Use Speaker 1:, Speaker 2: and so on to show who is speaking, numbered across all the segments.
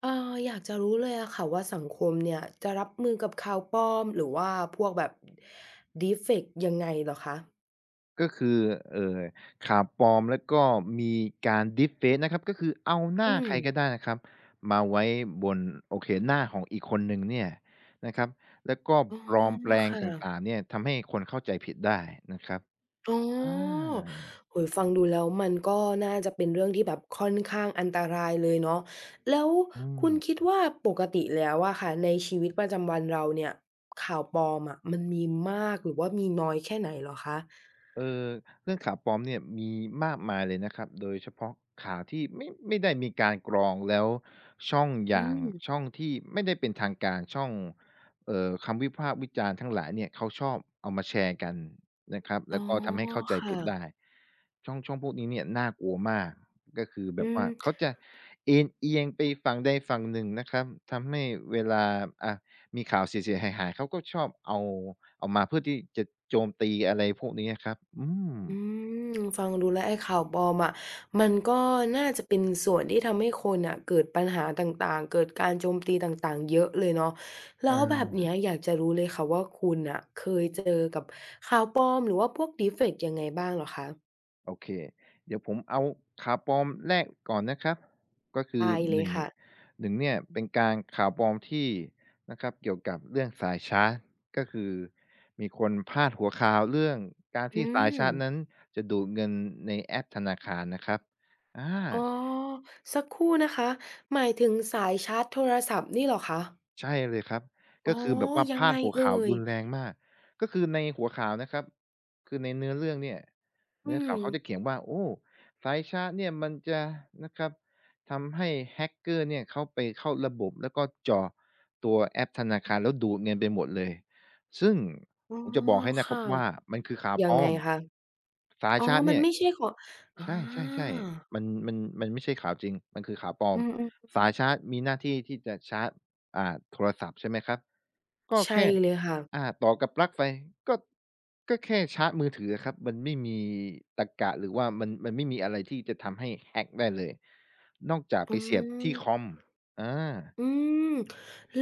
Speaker 1: เอ่ออยากจะรู้เลยอะค่ะว่าสังคมเนี่ยจะรับมือกับข่าวปลอมหรือว่าพวกแบบ Deepfake ยังไงเหรอคะ
Speaker 2: ก็คือเอ่อข่าวปลอมแล้วก็มีการ deepfake นะครับก็คือเอาหน้า
Speaker 1: อืม
Speaker 2: ใครก็ได้นะครับมาไว้บนโอเคหน้าของอีกคนหนึ่งเนี่ยนะครับแล้วก็
Speaker 1: อ๋อ
Speaker 2: ปลอมแปลง
Speaker 1: ค่ะ
Speaker 2: ต่างๆเนี่ยทำให้คนเข้าใจผิดได้นะครับ
Speaker 1: อ๋
Speaker 2: อ
Speaker 1: อ
Speaker 2: า
Speaker 1: โอ้โฮฟังดูแล้วมันก็น่าจะเป็นเรื่องที่แบบค่อนข้างอันตรายเลยเนาะแล้ว
Speaker 2: อื
Speaker 1: คุณคิด
Speaker 2: ม
Speaker 1: ว่าปกติแล้วอะค่ะในชีวิตประจำวันเราเนี่ยข่าวปลอมอะมันมีมากหรือว่ามีน้อยแค่ไหนเหรอคะ
Speaker 2: เออเรื่องข่าวปลอมเนี่ยมีมากมายเลยนะครับโดยเฉพาะข่าวที่ไม่ได้มีการกรองแล้วช่องอ
Speaker 1: อื
Speaker 2: ย่าง
Speaker 1: ม
Speaker 2: ช่องที่ไม่ได้เป็นทางการช่องคำวิพากษ์วิจารณ์ทั้งหลายเนี่ยเขาชอบเอามาแชร์กันนะครับ
Speaker 1: อ๋
Speaker 2: แล้
Speaker 1: อ
Speaker 2: วก็ทำให้เข้าใจ
Speaker 1: ค่ะ
Speaker 2: ผิดได้ช่องพวกนี้เนี่ยน่ากลัวมากก็คือแบ
Speaker 1: อื
Speaker 2: บ
Speaker 1: ม
Speaker 2: ว่าเขาจะเอนเอียงไปฝั่งใดฝั่งหนึ่งนะครับทำให้เวลาอ่ะมีข่าวเสียๆหายๆเขาก็ชอบเอามาเพื่อที่จะโจมตีอะไรพวกนี้ะครับอืม
Speaker 1: อืมฟังดูแล้วไอ้ข่าวปลอมอะมันก็น่าจะเป็นส่วนที่ทำให้คนอ่ะเกิดปัญหาต่างๆเกิดการโจมตีต่างๆเยอะเลยเนาะแล้วแบ
Speaker 2: อา
Speaker 1: บเนี้ยอยากจะรู้เลยค่ะว่าคุณอ่ะเคยเจอกับข่าวปลอมหรือว่าพวกด e เฟก a k ยังไงบ้างเหรอคะ
Speaker 2: โอเคเดี๋ยวผมเอาข่าวปลอมแรกก่อนนะครับก็คือ
Speaker 1: ได้เล
Speaker 2: ห
Speaker 1: ย
Speaker 2: นึ่ง
Speaker 1: ค่ะ
Speaker 2: หนึ่งเนี่ยเป็นการข่าวปลอมที่นะครับเกี่ยวกับเรื่องสายชาร์จก็คือมีคนพาดหัวข่าวเรื่องการ
Speaker 1: อื
Speaker 2: ที่สาย
Speaker 1: ม
Speaker 2: ชาร์จนั้นจะดูดเงินในแอปธนาคารนะครับอา
Speaker 1: อ๋อสักครู่นะคะหมายถึงสายชาร์จโทรศัพท์นี่เหรอคะ
Speaker 2: ใช่เลยครับ
Speaker 1: อ๋อ
Speaker 2: ก็คือแบบว่า
Speaker 1: ยัง
Speaker 2: พา
Speaker 1: ไง
Speaker 2: ดหัว
Speaker 1: เอ่
Speaker 2: ข่าว
Speaker 1: ย
Speaker 2: รุนแรงมาก ก็คือในหัวข่าวนะครับคือในเนื้อเรื่องเนี่ย
Speaker 1: อื
Speaker 2: เนื้อ
Speaker 1: ม
Speaker 2: ข่าวเขาจะเขียนว่าโอ้สายชาร์จเนี่ยมันจะนะครับทำให้แฮกเกอร์เนี่ยเขาไปเข้าระบบแล้วก็เจาะตัวแอปธนาคารแล้วดูดเงินไปหมดเลย ซึ่ง
Speaker 1: อ๋อ
Speaker 2: ผมจะบอกให้นะครับ
Speaker 1: ค่ะ
Speaker 2: ว่ามันคือข่าว
Speaker 1: ยั
Speaker 2: ป
Speaker 1: ง
Speaker 2: ล
Speaker 1: ไง
Speaker 2: อม
Speaker 1: คะ
Speaker 2: สาย
Speaker 1: อ๋อ
Speaker 2: ชาร์จ
Speaker 1: มัน
Speaker 2: เนี่ย
Speaker 1: ไม่ใช่ของอ
Speaker 2: ใช่
Speaker 1: า
Speaker 2: ๆๆมันไม่ใช่ข่าวจริง มันคือข่าวปลอ
Speaker 1: อื
Speaker 2: ม
Speaker 1: ม
Speaker 2: สายชาร์จมีหน้าที่ที่จะชาร์จโทรศัพท์ใช่ไหมครับ ก็
Speaker 1: ๆใช่
Speaker 2: แค่
Speaker 1: เลยค่ะ
Speaker 2: ต่อกับปลั๊กไฟก็ก็แค่ชาร์จมือถืออะครับมันไม่มีตรรกะหรือว่ามันไม่มีอะไรที่จะทำให้ hack ได้เลย นอกจาก
Speaker 1: อื
Speaker 2: ไปเสียบที่คอ
Speaker 1: ม
Speaker 2: มอา
Speaker 1: อืม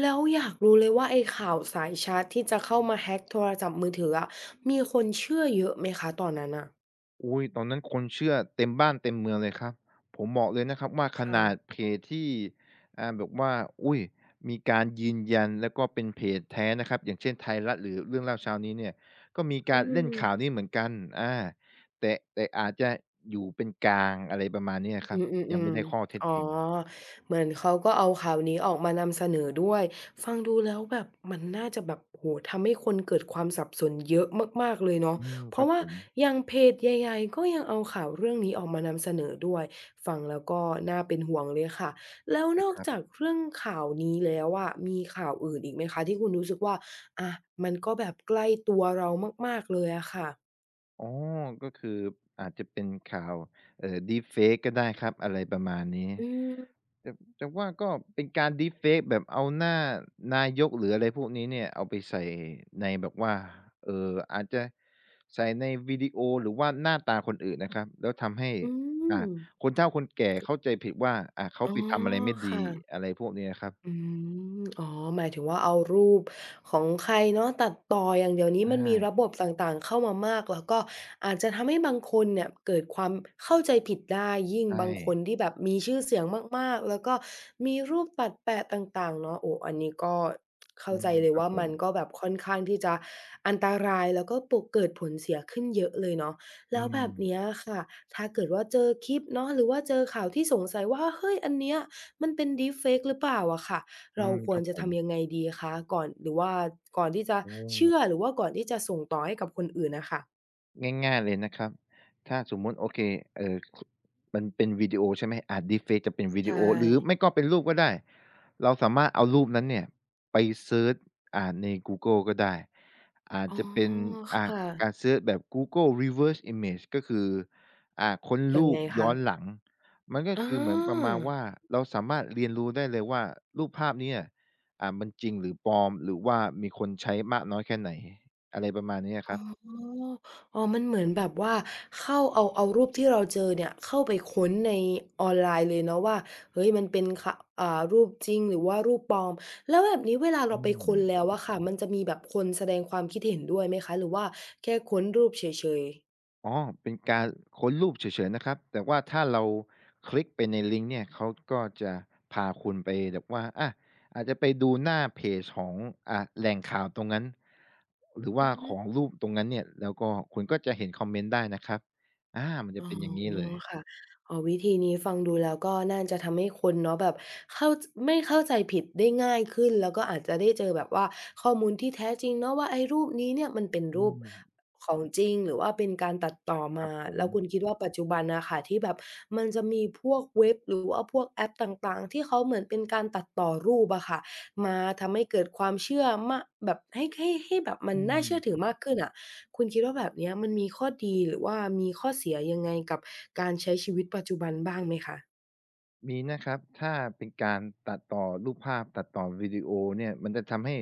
Speaker 1: แล้วอยากรู้เลยว่าไอ้ข่าวสายชาร์จที่จะเข้ามาแฮ็กโทรศัพท์มือถืออะมีคนเชื่อเยอะไหมคะตอนนั้นน่ะ
Speaker 2: อุ๊ยตอนนั้นคนเชื่อเต็มบ้านเต็มเมืองเลยครับผมบอกเลยนะครับว่าข
Speaker 1: ค่ะ
Speaker 2: นาดเพจที่แบบว่าอุ๊ยมีการยืนยันแล้วก็เป็นเพจแท้นะครับอย่างเช่นไทยรัฐหรือเรื่องเล่าเช้านี้เนี่ยก็มี
Speaker 1: อื
Speaker 2: การเล่นข่าว
Speaker 1: ม
Speaker 2: นี้เหมือนกันอาแต่อาจจะอยู่เป็นกลางอะไรประมาณเนี้ยครั
Speaker 1: อื
Speaker 2: บ
Speaker 1: มอืมอ
Speaker 2: ยังไม่
Speaker 1: ม
Speaker 2: ได้ข้อเท็จ
Speaker 1: อ๋อ
Speaker 2: จริง
Speaker 1: เหมือนเขาก็เอาข่าวนี้ออกมานำเสนอด้วยฟังดูแล้วแบบมันน่าจะแบบโอ้โฮทำให้คนเกิดความสับสนเยอะมากๆเลยเนาะ
Speaker 2: อืม
Speaker 1: เพ
Speaker 2: ครั
Speaker 1: ราะ
Speaker 2: บ
Speaker 1: ว่า
Speaker 2: ผม
Speaker 1: อย่างเพจใหญ่ๆก็ยังเอาข่าวเรื่องนี้ออกมานำเสนอด้วยฟังแล้วก็น่าเป็นห่วงเลยค่ะแล้ว
Speaker 2: ใช่
Speaker 1: นอ
Speaker 2: ค
Speaker 1: ก
Speaker 2: รับ
Speaker 1: จากเรื่องข่าวนี้แล้วอะมีข่าวอื่นอีกไหมคะที่คุณรู้สึกว่าอามันก็แบบใกล้ตัวเรามากๆเลยอะค่ะ
Speaker 2: อ๋อก็คืออาจจะเป็นข่าวdeepfake ก็ได้ครับอะไรประมาณนี้
Speaker 1: อืม
Speaker 2: แต่แต่ว่าก็เป็นการ deepfake แบบเอาหน้านายกหรืออะไรพวกนี้เนี่ยเอาไปใส่ในแบบว่าอาจจะใส่ในวิดีโอหรือว่าหน้าตาคนอื่นนะครับแล้วทำให้
Speaker 1: อื
Speaker 2: อ่า
Speaker 1: ม
Speaker 2: คนเฒ่าคนแก่เข้าใจผิดว่าเขา
Speaker 1: อ๋
Speaker 2: ไป
Speaker 1: อ
Speaker 2: ทำอะไรไม่ดี
Speaker 1: ค่ะ
Speaker 2: อะไรพวกนี้นะครับ
Speaker 1: อืมอ๋อหมายถึงว่าเอารูปของใครเนาะตัดต่ออย่างเดี๋ยว
Speaker 2: ใช
Speaker 1: นี้มันมีระ
Speaker 2: ่
Speaker 1: บบต่างๆเข้ามามากแล้วก็อาจจะทำให้บางคนเนี่ยเกิดความเข้าใจผิดได้ยิ่ง
Speaker 2: ใช่
Speaker 1: บางคนที่แบบมีชื่อเสียงมากๆแล้วก็มีรูปตัดแปะต่างๆเนาะโอ้อันนี้ก็เข้า
Speaker 2: อื
Speaker 1: ใจ
Speaker 2: ม
Speaker 1: เลย
Speaker 2: ครับ
Speaker 1: ว่า
Speaker 2: ผ
Speaker 1: มั
Speaker 2: ม
Speaker 1: นก็แบบค่อนข้างที่จะอันตรายแล้วก็ปุเกิดผลเสียขึ้นเยอะเลยเนาะ
Speaker 2: อื
Speaker 1: แล้วแบบเนี้ย
Speaker 2: ม
Speaker 1: ค่ะถ้าเกิดว่าเจอคลิปเนาะหรือว่าเจอข่าวที่สงสัยว่าเฮ้ยอันเนี้ย มันเป็น Deepfake หรือเปล่าอะค่ะ
Speaker 2: อื
Speaker 1: เรา
Speaker 2: ม
Speaker 1: ค
Speaker 2: ค
Speaker 1: วร
Speaker 2: รับ
Speaker 1: จะ
Speaker 2: ผม
Speaker 1: ทำยังไงดีคะก่อนหรือว่าก่อนที่จะ
Speaker 2: โอ้
Speaker 1: เชื่อหรือว่าก่อนที่จะส่งต่อให้กับคนอื่นน่ะค่ะ
Speaker 2: ง่ายๆเลยนะครับถ้าสมมุติโอเคเอ่อมันเป็นวิดีโอใช่ไหมอาจ deepfake จะเป็นวิดี
Speaker 1: ใช่
Speaker 2: โอหรือไม่ก็เป็นรูปก็ได้เราสามารถเอารูปนั้นเนี่ยไปเซิร์ชในกูเกิลก็ได้อาจ
Speaker 1: อ๋อ
Speaker 2: จะเป็นอ่า
Speaker 1: ค่ะ
Speaker 2: การเซิร์ชแบบ Google Reverse Image ก็คือค้น
Speaker 1: ยัง
Speaker 2: รู
Speaker 1: ไง
Speaker 2: ปย้
Speaker 1: คะ
Speaker 2: อนหลังมันก็
Speaker 1: อ
Speaker 2: คือเหมือนประ
Speaker 1: า
Speaker 2: มาณว่าเราสามารถเรียนรู้ได้เลยว่ารูปภาพเนี้ยมันจริงหรือปลอมหรือว่ามีคนใช้มากน้อยแค่ไหนอะไรประมาณนี้อะค
Speaker 1: อ๋อ
Speaker 2: รับ
Speaker 1: อ๋อมันเหมือนแบบว่าเข้าเอารูปที่เราเจอเนี่ยเข้าไปค้นในออนไลน์เลยเนาะว่าเฮ้ยมันเป็นขะอ่ารูปจริงหรือว่ารูปปลอมแล้วแบบนี้เวลา
Speaker 2: อื
Speaker 1: เราไปค้นแล้
Speaker 2: ม
Speaker 1: วอะค่ะมันจะมีแบบคนแสดงความคิดเห็นด้วยไหมคะหรือว่าแค่ค้นรูปเฉยๆ
Speaker 2: อ๋อเป็นการค้นรูปเฉยๆนะครับแต่ว่าถ้าเราคลิกไปในลิงก์เนี่ยเขาก็จะพาคุณไปแบบว่าอาจจะไปดูหน้าเพจของแหล่งข่าวตรงนั้นหรือ
Speaker 1: อื
Speaker 2: ว่า
Speaker 1: ม
Speaker 2: ของรูปตรงนั้นเนี่ยแล้วก็คุณก็จะเห็นคอมเมนต์ได้นะครับมันจะ
Speaker 1: อ๋อ
Speaker 2: เป็นอย่างงี้เลย
Speaker 1: ค่ะอ๋อวิธีนี้ฟังดูแล้วก็น่าจะทำให้คนเนาะแบบเข้าจไม่เข้าใจผิดได้ง่ายขึ้นแล้วก็อาจจะได้เจอแบบว่าข้อมูลที่แท้จริงเนาะว่าไอ้รูปนี้เนี่ยมันเป็น
Speaker 2: อื
Speaker 1: รูป
Speaker 2: ม
Speaker 1: ของจริงหรือว่าเป็นการตัดต่อ
Speaker 2: ค
Speaker 1: มา
Speaker 2: รับผม
Speaker 1: แล้วคุณคิดว่าปัจจุบันน่ะค่ะที่แบบมันจะมีพวกเว็บหรือว่าพวกแอปต่างๆที่เขาเหมือนเป็นการตัดต่อรูปอะค่ะมาทำให้เกิดความเชื่อมะแบบให้แบบมัน
Speaker 2: อื
Speaker 1: น่าเชื่อถือ
Speaker 2: ม
Speaker 1: มากขึ้นอะ คุณคิดว่าแบบเนี้ยมันมีข้อดีหรือว่ามีข้อเสียยังไงกับการใช้ชีวิตปัจจุบันบ้างไหมคะ
Speaker 2: มีนะครับถ้าเป็นการตัดต่อรูปภาพตัดต่อวิดีโอเนี่ยมันจะทำให้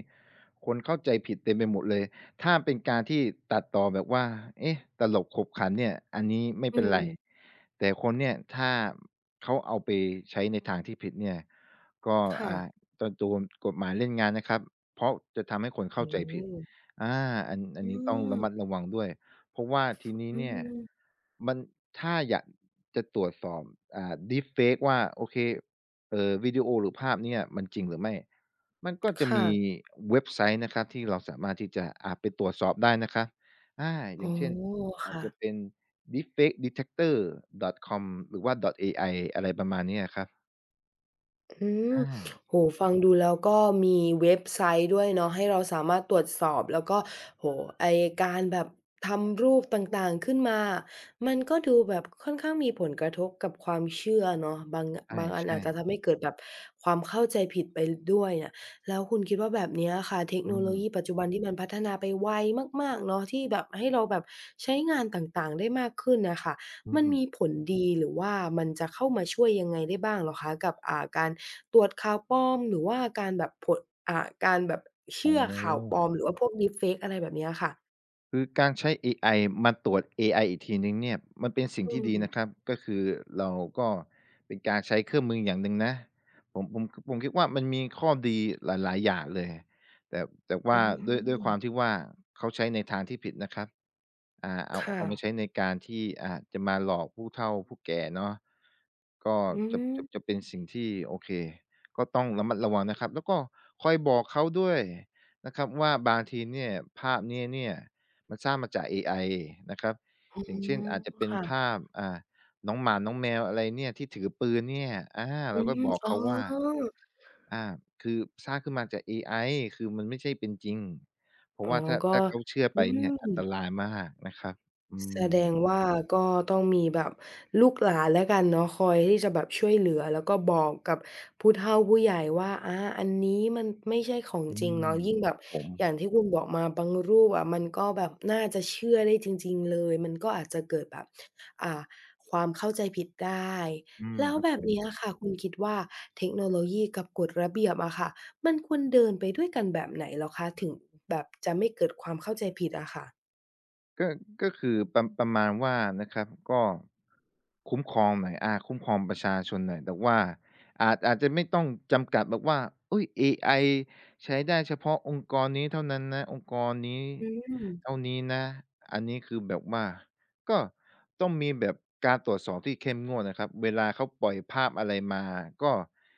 Speaker 2: คนเข้าใจผิดเต็มไปหมดเลยถ้าเป็นการที่ตัดต่อแบบว่าเอ๊ะตลกขบขันเนี่ยอันนี้ไม่
Speaker 1: อื
Speaker 2: เป็นไร
Speaker 1: ม
Speaker 2: แต่คนเนี่ยถ้าเขาเอาไปใช้ในทางที่ผิดเนี่ยก็
Speaker 1: ค่ะ
Speaker 2: อ่าจะโดนกฎหมายเล่นงานนะครับเพราะจะทำให้คน
Speaker 1: อื
Speaker 2: เข้าใจผิด
Speaker 1: ม
Speaker 2: อาอันอั
Speaker 1: อื
Speaker 2: นนี้ต้อง
Speaker 1: ม
Speaker 2: ระมัดระวังด้วย เพราะว่าทีนี้
Speaker 1: อื
Speaker 2: เนี่ย
Speaker 1: ม
Speaker 2: มันถ้าอยากจะตรวจสอบdeepfake ว่าโอเควิดีโอหรือภาพเนี่ยมันจริงหรือไม่มันก็จะ
Speaker 1: ค่ะ
Speaker 2: มีเว็บไซต์นะครับที่เราสามารถที่จะไปตรวจสอบได้นะครับอาอ
Speaker 1: อ๋
Speaker 2: ย่า
Speaker 1: อ
Speaker 2: งเช่นอาจ
Speaker 1: ค่ะ
Speaker 2: จะเป็น deepfakedetector.com หรือว่า .ai อะไรประมาณเนี้ยครับ
Speaker 1: อืม
Speaker 2: อา
Speaker 1: โอ้โฮฟังดูแล้วก็มีเว็บไซต์ด้วยเนาะให้เราสามารถตรวจสอบ แล้วก็โอ้โฮไอ้การแบบทำรูปต่างๆขึ้นมา มันก็ดูแบบค่อนข้างมีผลกระทบกับความเชื่อเนาะบาง
Speaker 2: ใ
Speaker 1: บางอันอา
Speaker 2: ช่
Speaker 1: จจะทำ
Speaker 2: ๆ
Speaker 1: ให้เกิดแบบความเข้าใจผิดไปด้วยเนี่ยแล้วคุณคิดว่าแบบเนี้ยค่ะเทค
Speaker 2: อื
Speaker 1: โนโลยี
Speaker 2: ม
Speaker 1: ปัจจุบันที่มันพัฒนาไปไวมากๆเนาะที่แบบให้เราแบบใช้งานต่างๆได้มากขึ้นน่ะค่ะ
Speaker 2: อื
Speaker 1: มันมี
Speaker 2: ม
Speaker 1: ผลดีหรือว่ามันจะเข้ามาช่วยยังไงได้บ้างเหรอคะกับอ่าการตรวจข่าวปลอมหรือว่าการแบบผดอ่าการแบบ
Speaker 2: อ๋
Speaker 1: เชื่อข่าวปลอ
Speaker 2: อ
Speaker 1: มหรือว่าพวก deepfake อะไรแบบเนี้ยค่ะ
Speaker 2: คือการใช้เอไอมาตรวจเอไออีกทีหนึ่งเนี่ยมันเป็นสิ่ง
Speaker 1: อื
Speaker 2: ที่ดีนะค
Speaker 1: ม
Speaker 2: รับก็คือเราก็เป็นการใช้เครื่องมืออย่างหนึ่งนะผมผมผมคิดว่ามันมีข้อดีหลายๆอย่างเลยแต่แต่
Speaker 1: อื
Speaker 2: ว่าด้วยความที่
Speaker 1: ม
Speaker 2: ว่าเขาใช้ในทางที่ผิดนะครับ
Speaker 1: ค่ะ
Speaker 2: เอามาใช้ในการที่จะมาหลอกผู้เฒ่าผู้แก่เนาะก็
Speaker 1: อื
Speaker 2: จะ
Speaker 1: ม
Speaker 2: เป็นสิ่งที่โอเคก็ต้องระมัดระวังนะครับแล้วก็คอยบอกเขาด้วยนะครับว่าบางทีเนี่ยภาพนี้เนี่ย มันสร้างมาจากเอไอนะครับ
Speaker 1: อ๋อ
Speaker 2: อย่างเช่นอาจจะเป็น
Speaker 1: ค่ะ
Speaker 2: ภาพน้องหมาน้องแมวอะไรเนี่ยที่ถือปืนเนี่ยอา
Speaker 1: อื
Speaker 2: เราก็
Speaker 1: ม
Speaker 2: บอก
Speaker 1: อ๋อ
Speaker 2: เขาว่าอ่าคือสร้างขึ้นมาจากเอไอคือมันไม่ใช่เป็นจริงเพ
Speaker 1: อ๋
Speaker 2: ราะ
Speaker 1: อ
Speaker 2: ว่าถ้า
Speaker 1: ก็
Speaker 2: ถ้าเขาเชื่อไป
Speaker 1: อื
Speaker 2: เนี่ยอัน
Speaker 1: ม
Speaker 2: ตรายมากนะครับอื
Speaker 1: แส
Speaker 2: ม
Speaker 1: ดงว่าก็ต้องมีแบบลูกหลานแล้วกันเนาะคอยที่จะแบบช่วยเหลือแล้วก็บอกกับผู้เฒ่าผู้ใหญ่ว่าอันนี้มันไม่ใช่ของ
Speaker 2: อื
Speaker 1: จริงเนาะ
Speaker 2: ม
Speaker 1: ยิ่งแบ
Speaker 2: ค
Speaker 1: บ
Speaker 2: รับผม
Speaker 1: อย่างที่คุณบอกมาบางรูปอะมันก็แบบน่าจะเชื่อได้จริงๆเลยมันก็อาจจะเกิดแบบอ่าความเข้าใจผิดได้
Speaker 2: อืม
Speaker 1: แล้ว
Speaker 2: ครับ
Speaker 1: แบ
Speaker 2: ผ
Speaker 1: บ
Speaker 2: ม
Speaker 1: เนี้ยค่ะคุณคิดว่าเทคโนโลยีกับกฎระเบียบอะค่ะมันควรเดินไปด้วยกันแบบไหนเหรอคะถึงแบบจะไม่เกิดความเข้าใจผิดอะค่ะ
Speaker 2: ก็ก็คือประมาณว่านะครับก็คุ้มครองหน่อยคุ้มครองประชาชนหน่อยแต่ว่าอาจจะไม่ต้องจำกัดแบบว่าอุ๊ยเอไอใช้ได้เฉพาะองค์กรนี้เท่านั้นนะองค์กรนี้
Speaker 1: อื
Speaker 2: เท่า
Speaker 1: ม
Speaker 2: นี้นะอันนี้คือแบบว่าก็ต้องมีแบบการตรวจสอบที่เข้มงวดนะครับเวลาเขาปล่อยภาพอะไรมาก็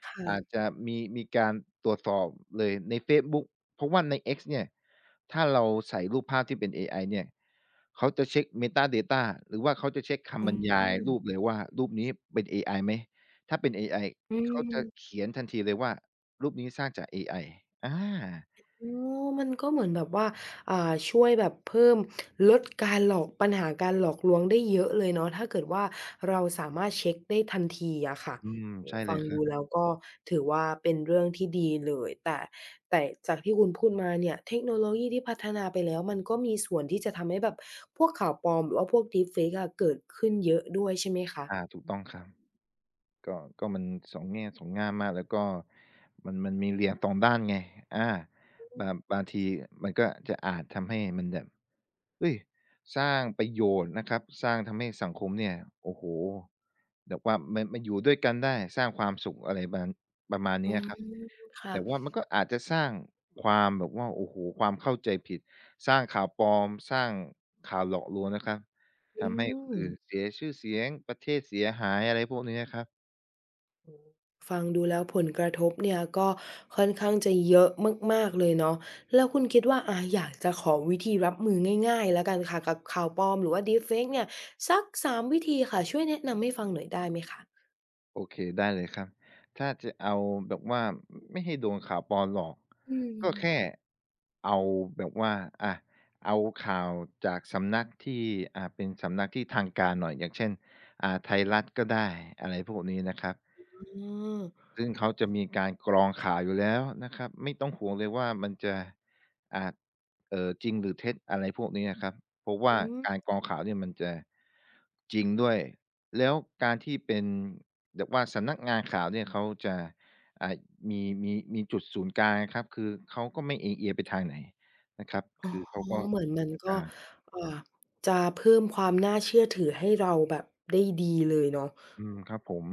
Speaker 1: ค่ะ
Speaker 2: อาจจะมีการตรวจสอบเลยในเฟซบุ๊ก เพราะว่าใน X เนี่ยถ้าเราใส่รูปภาพที่เป็นเอไอเนี่ยเขาจะเช็ก Meta Data หรือว่าเขาจะเช็กคำ
Speaker 1: อื
Speaker 2: บรรยาย
Speaker 1: ม
Speaker 2: รูปเลยว่ารูปนี้เป็นเอไอไหมถ้าเป็นเอไอ
Speaker 1: อื
Speaker 2: เขาจะ
Speaker 1: ม
Speaker 2: เขียนทันทีเลยว่ารูปนี้สร้างจากเอไออา
Speaker 1: อ๋อมันก็เหมือนแบบว่าอ่าช่วยแบบเพิ่มลดการหลอกปัญหาการหลอกลวงได้เยอะเลยเนาะถ้าเกิดว่าเราสามารถเช็กได้ทันทีอะค่ะ
Speaker 2: อืม
Speaker 1: โอ้โฮ
Speaker 2: ใช่เล
Speaker 1: ฟัง
Speaker 2: ยครั
Speaker 1: ดู
Speaker 2: บ
Speaker 1: แล้วก็ถือว่าเป็นเรื่องที่ดีเลยแต่จากที่คุณพูดมาเนี่ยเทคโนโลยีที่พัฒนาไปแล้วมันก็มีส่วนที่จะทำให้แบบพวกข่าวปลอมหรือว่าพวก Deepfake อะเกิดขึ้นเยอะด้วยใช่ไหมคะ
Speaker 2: ถูกต้องครับ ก็มันสองแง่สองง่ามมากแล้วก็มันมีเหรียญสองด้านไงอาบางบางทีมันก็จะอาจทำให้มันแบบเฮ้ยสร้างประโยชน์นะครับสร้างทำให้สังคมเนี่ยโอ้โฮแบบว่ามาอยู่ด้วยกันได้สร้างความสุขอะไรประมาณ
Speaker 1: อื
Speaker 2: นี้
Speaker 1: ม
Speaker 2: อะครับ
Speaker 1: ค่ะ
Speaker 2: แต่ว่ามันก็อาจจะสร้างความแบบว่าโอ้โฮความเข้าใจผิดสร้างข่าวปลอมสร้างข่าวหลอกลวงนะครับ
Speaker 1: อื
Speaker 2: ทำให้คน
Speaker 1: ม
Speaker 2: อื่นเสียชื่อเสียงประเทศเสียหายอะไรพวกนี้นะครับ
Speaker 1: ฟังดูแล้วผลกระทบเนี่ยก็ค่อนข้างจะเยอะมากๆเลยเนาะแล้วคุณคิดว่าอยากจะขอวิธีรับมือง่ายๆแล้วกันค่ะกับข่าวปลอมหรือว่า Deepfake เนี่ยสัก3วิธีค่ะช่วยแนะนำให้ฟังหน่อยได้ไหมคะ
Speaker 2: โอเคได้เลยครับถ้าจะเอาแบบว่าไม่ให้โดนข่าวปลอมหลอก
Speaker 1: อืม
Speaker 2: ก็แค่เอาแบบว่าอ่ะเอาข่าวจากสำนักที่เป็นสำนักที่ทางการหน่อยอย่างเช่นไทยรัฐก็ได้อะไรพวกนี้นะครับ
Speaker 1: อืม
Speaker 2: ซึ่งเขาจะมีการกรองข่าวอยู่แล้วนะครับไม่ต้องห่วงเลยว่ามันจะอาจเอ่อจริงหรือเท็จอะไรพวกนี้อะครับเพราะว่า
Speaker 1: อืม
Speaker 2: การกรองข่าวเนี่ยมันจะจริงด้วยแล้วการที่เป็นแบบว่าสำนักงานข่าวเนี่ยเขาจะอ่ามีจุดศูนย์กลางอะครับคือเขาก็ไม่เอียงไปทางไหนนะครับ
Speaker 1: อ๋อ
Speaker 2: คือเขาก็
Speaker 1: เหมือน
Speaker 2: อ
Speaker 1: มั
Speaker 2: ยู่
Speaker 1: น
Speaker 2: ตรง
Speaker 1: ก็
Speaker 2: กลาง
Speaker 1: อ่าจะเพิ่มความน่าเชื่อถือให้เราแบบได้ดีเลยเนาะ
Speaker 2: อืมครับผม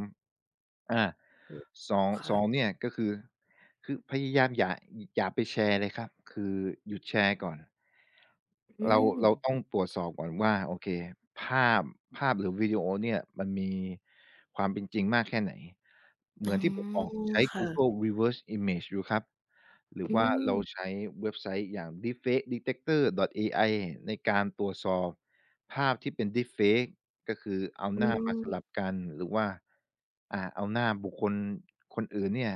Speaker 2: อา
Speaker 1: อือ
Speaker 2: 2- งส
Speaker 1: ค่ะ
Speaker 2: องเนี่ยก็คือคือพยายามอย่าไปแชร์เลยครับคือหยุดแชร์ก่อน
Speaker 1: อืม
Speaker 2: เราต้องตรวจสอบก่อนว่าโอเคภาพภาพหรือวิดีโอเนี่ยมันมีความเป็นจริงมากแค่ไหนเห
Speaker 1: อ๋
Speaker 2: มื
Speaker 1: อ
Speaker 2: อนที่ผมบอกใช้
Speaker 1: ค่ะ
Speaker 2: Google Reverse Image ดูครับหรือ
Speaker 1: อื
Speaker 2: ว่าเรา
Speaker 1: ม
Speaker 2: ใช้เว็บไซต์อย่าง deepfake detector.ai ในการตรวจสอบภาพที่เป็น deepfake ก็คือเอา
Speaker 1: อื
Speaker 2: หน้ามาสลับ
Speaker 1: ม
Speaker 2: กันหรือว่าเอาหน้าบุคคลคนอื่นเนี่ย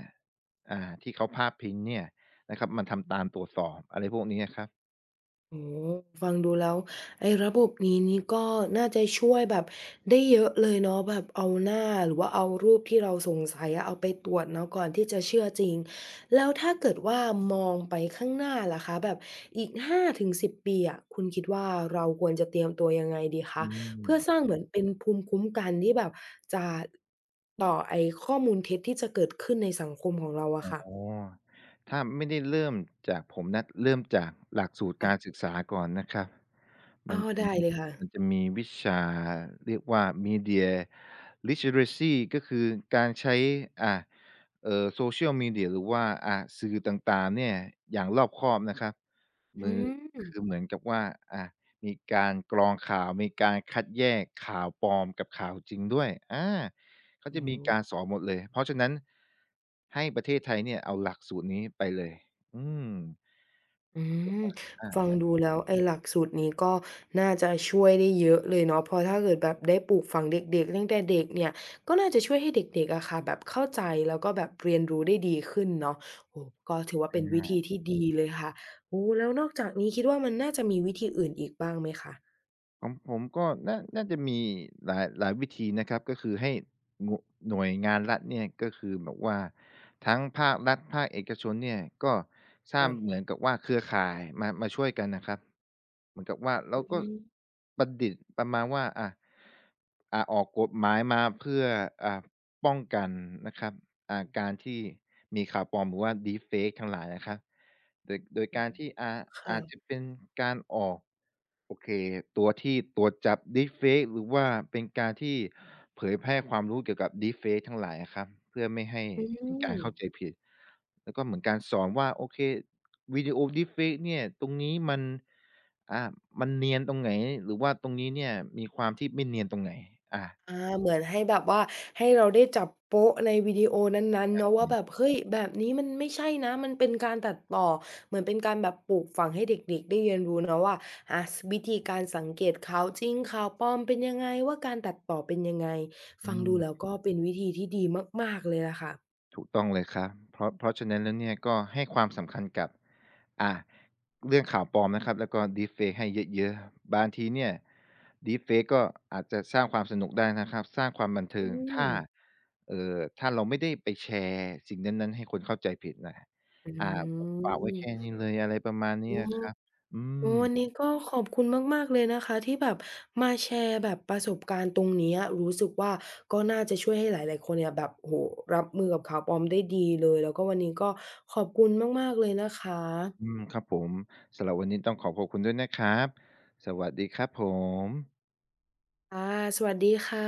Speaker 2: ที่เขาพาดพิงเนี่ยนะครับมาทำตามตรวจสอบอะไรพวกนี้อะครับ
Speaker 1: โอ้โฮฟังดูแล้วไอ้ระบบนี้นี่ก็น่าจะช่วยแบบได้เยอะเลยเนาะแบบเอาหน้าหรือว่าเอารูปที่เราสงสัยอะเอาไปตรวจเนาะก่อนที่จะเชื่อจริงแล้วถ้าเกิดว่ามองไปข้างหน้าล่ะคะแบบอีก5-10ปีอะคุณคิดว่าเราควรจะเตรียมตัวยังไงดีคะ
Speaker 2: อื
Speaker 1: เพื่อสร้าง
Speaker 2: ม
Speaker 1: เหมือนเป็นภูมิคุ้มกันที่แบบจะต่อไอ้ข้อมูลเท็จที่จะเกิดขึ้นในสังคมของเราอะ
Speaker 2: อ๋
Speaker 1: ค่ะ
Speaker 2: อถ้าไม่ได้เริ่มจากผมนะเริ่มจากหลักสูตร
Speaker 1: อะ
Speaker 2: การศึกษาก่อนนะครับ
Speaker 1: อ้
Speaker 2: มั
Speaker 1: อ
Speaker 2: นจะ
Speaker 1: ได้
Speaker 2: มี
Speaker 1: เลยค่ะ
Speaker 2: มันจะมีวิชาเรียกว่า Media Literacy ก็คือการใช้อ่าSocial Media หรือว่าสื่อต่างๆเนี่ยอย่างรอบคอบนะครับ
Speaker 1: อื
Speaker 2: มือคือ
Speaker 1: ม
Speaker 2: เหมือนกับว่าอ่ามีการกรองข่าวมีการคัดแยกข่าวปลอมกับข่าวจริงด้วยเขา
Speaker 1: โอ้
Speaker 2: จะ
Speaker 1: โฮ
Speaker 2: มีการสอนหมดเลย เพราะฉะนั้นให้ประเทศไทยเนี่ยเอาหลักสูตรนี้ไปเลยอืม
Speaker 1: อืมฟัง
Speaker 2: อา
Speaker 1: ดูแล้วไอ้หลักสูตรนี้ก็น่าจะช่วยได้เยอะเลยเนาะเพราะถ้าเกิดแบบได้ปลูกฝังเด็กๆตั้งแต่เด็กเนี่ยก็น่าจะช่วยให้เด็กๆอะค่ะแบบเข้าใจแล้วก็แบบเรียนรู้ได้ดีขึ้นเนาะโอ้โฮก็ถือว่าเป็นวิธีที่ดีเลยค่ะโอ้แล้วนอกจากนี้คิดว่ามันน่าจะมีวิธีอื่นอีกบ้างไหมคะ
Speaker 2: ของผมก็น่าจะมีหลายวิธีนะครับก็คือให้งหน่วยงานรัฐเนี่ยก็คือแบบว่าทั้งภาครัฐภาคเอกชนเนี่ยก็สร้า
Speaker 1: ค่ะ
Speaker 2: งเหมือนกับว่าเครือข่ายมาช่วยกันนะครับเหมือนกับว่าเรา
Speaker 1: อื
Speaker 2: ก็
Speaker 1: ม
Speaker 2: ประดิษฐ์ประมาณว่าออกกฎหมายมาเพื่ออ่าป้องกันนะครับ การที่มีข่าวปลอมหรือว่า Deepfake ทั้งหลายนะครับโดยการที่อาจจะ
Speaker 1: ค่ะ
Speaker 2: เป็นการออกโอเคตัวที่ตรวจจับ Deepfake หรือว่าเป็นการที่เผยแพร่ความรู้เกี่ยวกับ Deepfake ทั้งหลายอะครับเพื่อไม่ให้
Speaker 1: อื
Speaker 2: เป็นกา
Speaker 1: ม
Speaker 2: รเข้าใจผิดแล้วก็เหมือนการสอนว่าโอเควิดีโอ Deepfake เนี่ยตรงนี้มันอ่ามันเนียนตรงไหนหรือว่าตรงนี้เนี่ยมีความที่ไม่เนียนตรงไหนอา
Speaker 1: อาเหมือนให้แบบว่าให้เราได้จับโป๊ะในวิดีโอนั้นๆเนาะว่าแบบเฮ้ยแบบนี้มันไม่ใช่นะมันเป็นการตัดต่อเหมือนเป็นการแบบปลูกฝังให้เด็กๆได้เรียนรู้เนาะว่าสวิธีการสังเกตข่าวจริงข่าวปลอมเป็นยังไงว่าการตัดต่อเป็นยังไงฟั
Speaker 2: อื
Speaker 1: งดูแล้ว
Speaker 2: ม
Speaker 1: ก็เป็นวิธีที่ดีมากๆเลยล่ะค่ะ
Speaker 2: ถูกต้องเลยครับเพราะฉะนั้นแล้วเนี่ยก็ให้ความสำคัญกับอ่าเรื่องข่าวปลอมนะครับแล้วก็ deepfake ให้เยอะๆบางทีเนี่ย deepfake ก็อาจจะสร้างความสนุกได้นะครับสร้างความบัน
Speaker 1: อื
Speaker 2: เทิง
Speaker 1: ม
Speaker 2: ถ้าถ้าเราไม่ได้ไปแชร์สิ่งนั้นๆให้คนเข้าใจผิดนะ
Speaker 1: อื
Speaker 2: อ่าผมฝากไว้แค่
Speaker 1: ม
Speaker 2: นี้เลยอะไรประมาณ
Speaker 1: อื
Speaker 2: เนี้ย
Speaker 1: ม
Speaker 2: ครับอื
Speaker 1: โอ้วัน
Speaker 2: ม
Speaker 1: นี้ก็ขอบคุณมากๆเลยนะคะที่แบบมาแชร์แบบประสบการณ์ตรงเนี้ยรู้สึกว่าก็น่าจะช่วยให้หลายๆคนเนี่ยแบบโอ้โหรับมือกับข่าวปลอมได้ดีเลยแล้วก็วันนี้ก็ขอบคุณมากๆเลยนะคะ
Speaker 2: อืมครับผมสำหรับวันนี้ต้องขอบคุณด้วยนะครับสวัสดีครับผม
Speaker 1: ค่ะสวัสดีค่ะ